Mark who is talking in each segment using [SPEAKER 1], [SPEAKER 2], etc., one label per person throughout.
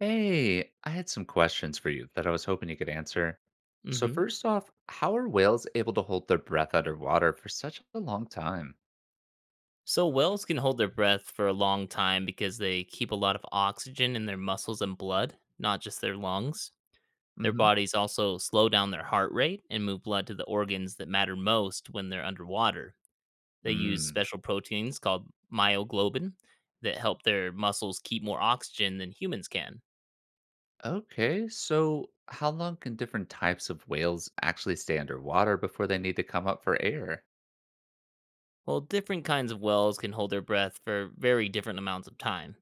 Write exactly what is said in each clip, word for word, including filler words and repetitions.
[SPEAKER 1] Hey, I had some questions for you that I was hoping you could answer. So,
[SPEAKER 2] hmm
[SPEAKER 1] first off, how are whales able to hold their breath underwater for such a long time?
[SPEAKER 2] So whales can hold their breath for a long time because they keep a lot of oxygen in their muscles and blood, not just their lungs. Their
[SPEAKER 1] Mm-hmm.
[SPEAKER 2] bodies also slow down their heart rate and move blood to the organs that matter most when they're underwater. They use
[SPEAKER 1] Mm.
[SPEAKER 2] special proteins called myoglobin that help their muscles keep more oxygen than humans can.
[SPEAKER 1] Okay, so how long can different types of whales actually stay underwater before they need to come up for air?
[SPEAKER 2] Well, different kinds of whales can hold their breath for very different amounts of time.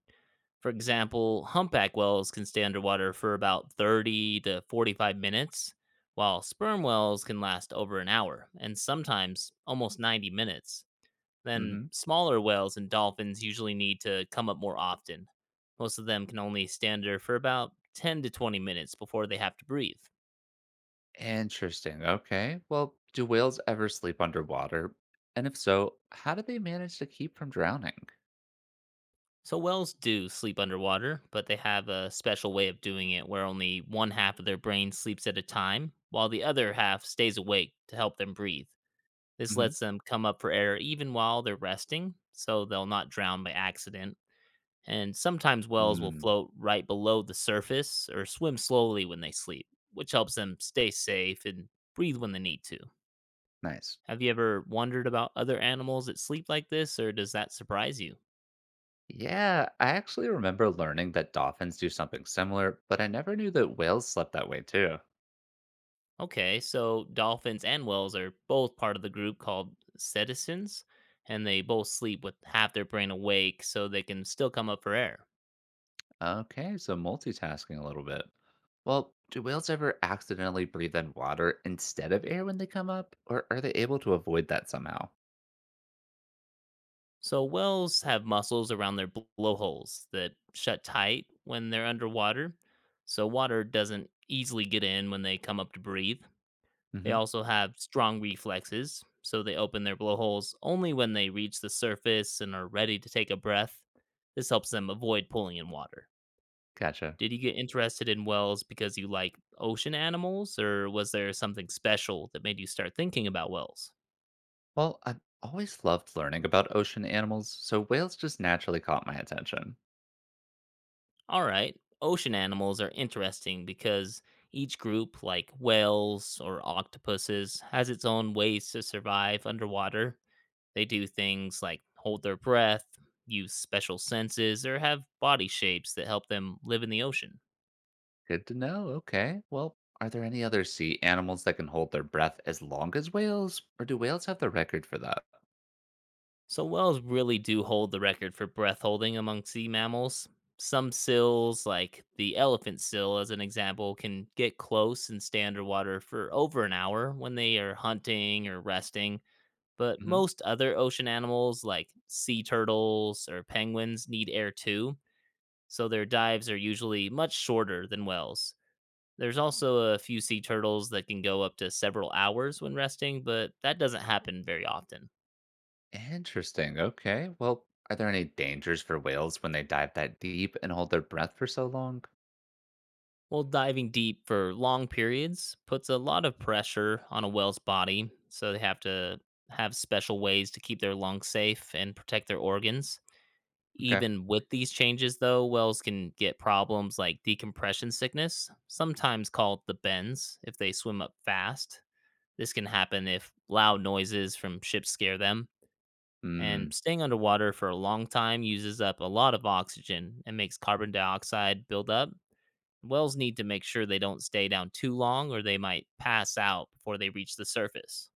[SPEAKER 2] For example, humpback whales can stay underwater for about thirty to forty-five minutes, while sperm whales can last over an hour and sometimes almost ninety minutes. Then,
[SPEAKER 1] Mm-hmm.
[SPEAKER 2] smaller whales and dolphins usually need to come up more often. Most of them can only stand under for about ten to twenty minutes before they have to breathe.
[SPEAKER 1] Interesting. Okay. Well, do whales ever sleep underwater? And if so, how do they manage to keep from drowning?
[SPEAKER 2] So, whales do sleep underwater, but they have a special way of doing it where only one half of their brain sleeps at a time, while the other half stays awake to help them breathe. This
[SPEAKER 1] Mm-hmm.
[SPEAKER 2] lets them come up for air even while they're resting, so they'll not drown by accident. And sometimes whales will
[SPEAKER 1] Mm.
[SPEAKER 2] float right below the surface or swim slowly when they sleep, which helps them stay safe and breathe when they need to.
[SPEAKER 1] Nice.
[SPEAKER 2] Have you ever wondered about other animals that sleep like this, or does that surprise you?
[SPEAKER 1] Yeah, I actually remember learning that dolphins do something similar, but I never knew that whales slept that way too.
[SPEAKER 2] Okay, so dolphins and whales are both part of the group called cetaceans, and they both sleep with half their brain awake so they can still come up for air.
[SPEAKER 1] Okay, so multitasking a little bit. Well, do whales ever accidentally breathe in water instead of air when they come up, or are they able to avoid that somehow?
[SPEAKER 2] So, whales have muscles around their bl- blowholes that shut tight when they're underwater, so water doesn't easily get in when they come up to breathe. They
[SPEAKER 1] Hmm.
[SPEAKER 2] also have strong reflexes, so they open their blowholes only when they reach the surface and are ready to take a breath. This helps them avoid pulling in water.
[SPEAKER 1] Gotcha.
[SPEAKER 2] Did you get interested in whales because you like ocean animals, or was there something special that made you start thinking about whales?
[SPEAKER 1] Well, I've always loved learning about ocean animals, so whales just naturally caught my attention.
[SPEAKER 2] All right. Ocean animals are interesting because each group, like whales or octopuses, has its own ways to survive underwater. They do things like hold their breath, use special senses, or have body shapes that help them live in the ocean.
[SPEAKER 1] Good to know. Okay. Well, are there any other sea animals that can hold their breath as long as whales, or do whales have the record for that?
[SPEAKER 2] So, whales really do hold the record for breath holding among sea mammals. Some sills, like the elephant sill, as an example, can get close and stay underwater for over an hour when they are hunting or resting, but
[SPEAKER 1] Mm-hmm.
[SPEAKER 2] most other ocean animals like sea turtles or penguins need air too, so their dives are usually much shorter than whales. There's also a few sea turtles that can go up to several hours when resting, but that doesn't happen very often.
[SPEAKER 1] Interesting. Okay. Well, are there any dangers for whales when they dive that deep and hold their breath for so long?
[SPEAKER 2] Well, diving deep for long periods puts a lot of pressure on a whale's body, so they have to have special ways to keep their lungs safe and protect their organs.
[SPEAKER 1] Okay.
[SPEAKER 2] Even with these changes, though, whales can get problems like decompression sickness, sometimes called the bends, if they swim up fast. This can happen if loud noises from ships scare them. And
[SPEAKER 1] Hmm.
[SPEAKER 2] staying underwater for a long time uses up a lot of oxygen and makes carbon dioxide build up. Whales need to make sure they don't stay down too long or they might pass out before they reach the surface.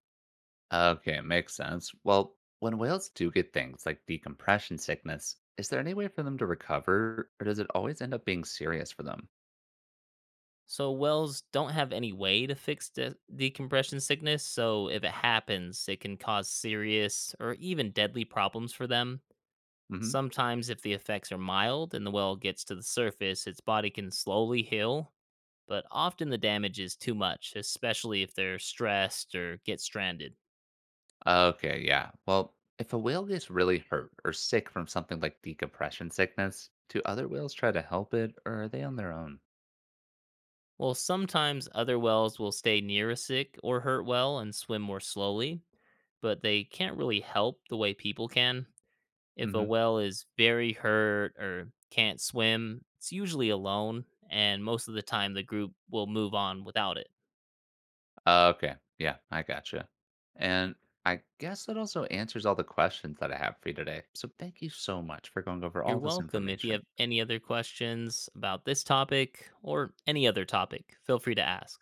[SPEAKER 1] Okay, makes sense. Well, when whales do get things like decompression sickness, is there any way for them to recover, or does it always end up being serious for them?
[SPEAKER 2] So whales don't have any way to fix de- decompression sickness, so if it happens, it can cause serious or even deadly problems for them.
[SPEAKER 1] Hmm.
[SPEAKER 2] Sometimes, if the effects are mild and the whale gets to the surface, its body can slowly heal, but often the damage is too much, especially if they're stressed or get stranded.
[SPEAKER 1] Okay, yeah. Well, if a whale gets really hurt or sick from something like decompression sickness, do other whales try to help it, or are they on their own?
[SPEAKER 2] Well, sometimes other whales will stay near a sick or hurt whale and swim more slowly, but they can't really help the way people can. If a whale is very hurt or can't swim, it's usually alone, and most of the time the group will move on without it.
[SPEAKER 1] Uh, Okay. Yeah, I gotcha. And I guess that also answers all the questions that I have for you today. So thank you so much for going over
[SPEAKER 2] You're
[SPEAKER 1] all this
[SPEAKER 2] welcome. If you
[SPEAKER 1] information.
[SPEAKER 2] have any other questions about this topic or any other topic, feel free to ask.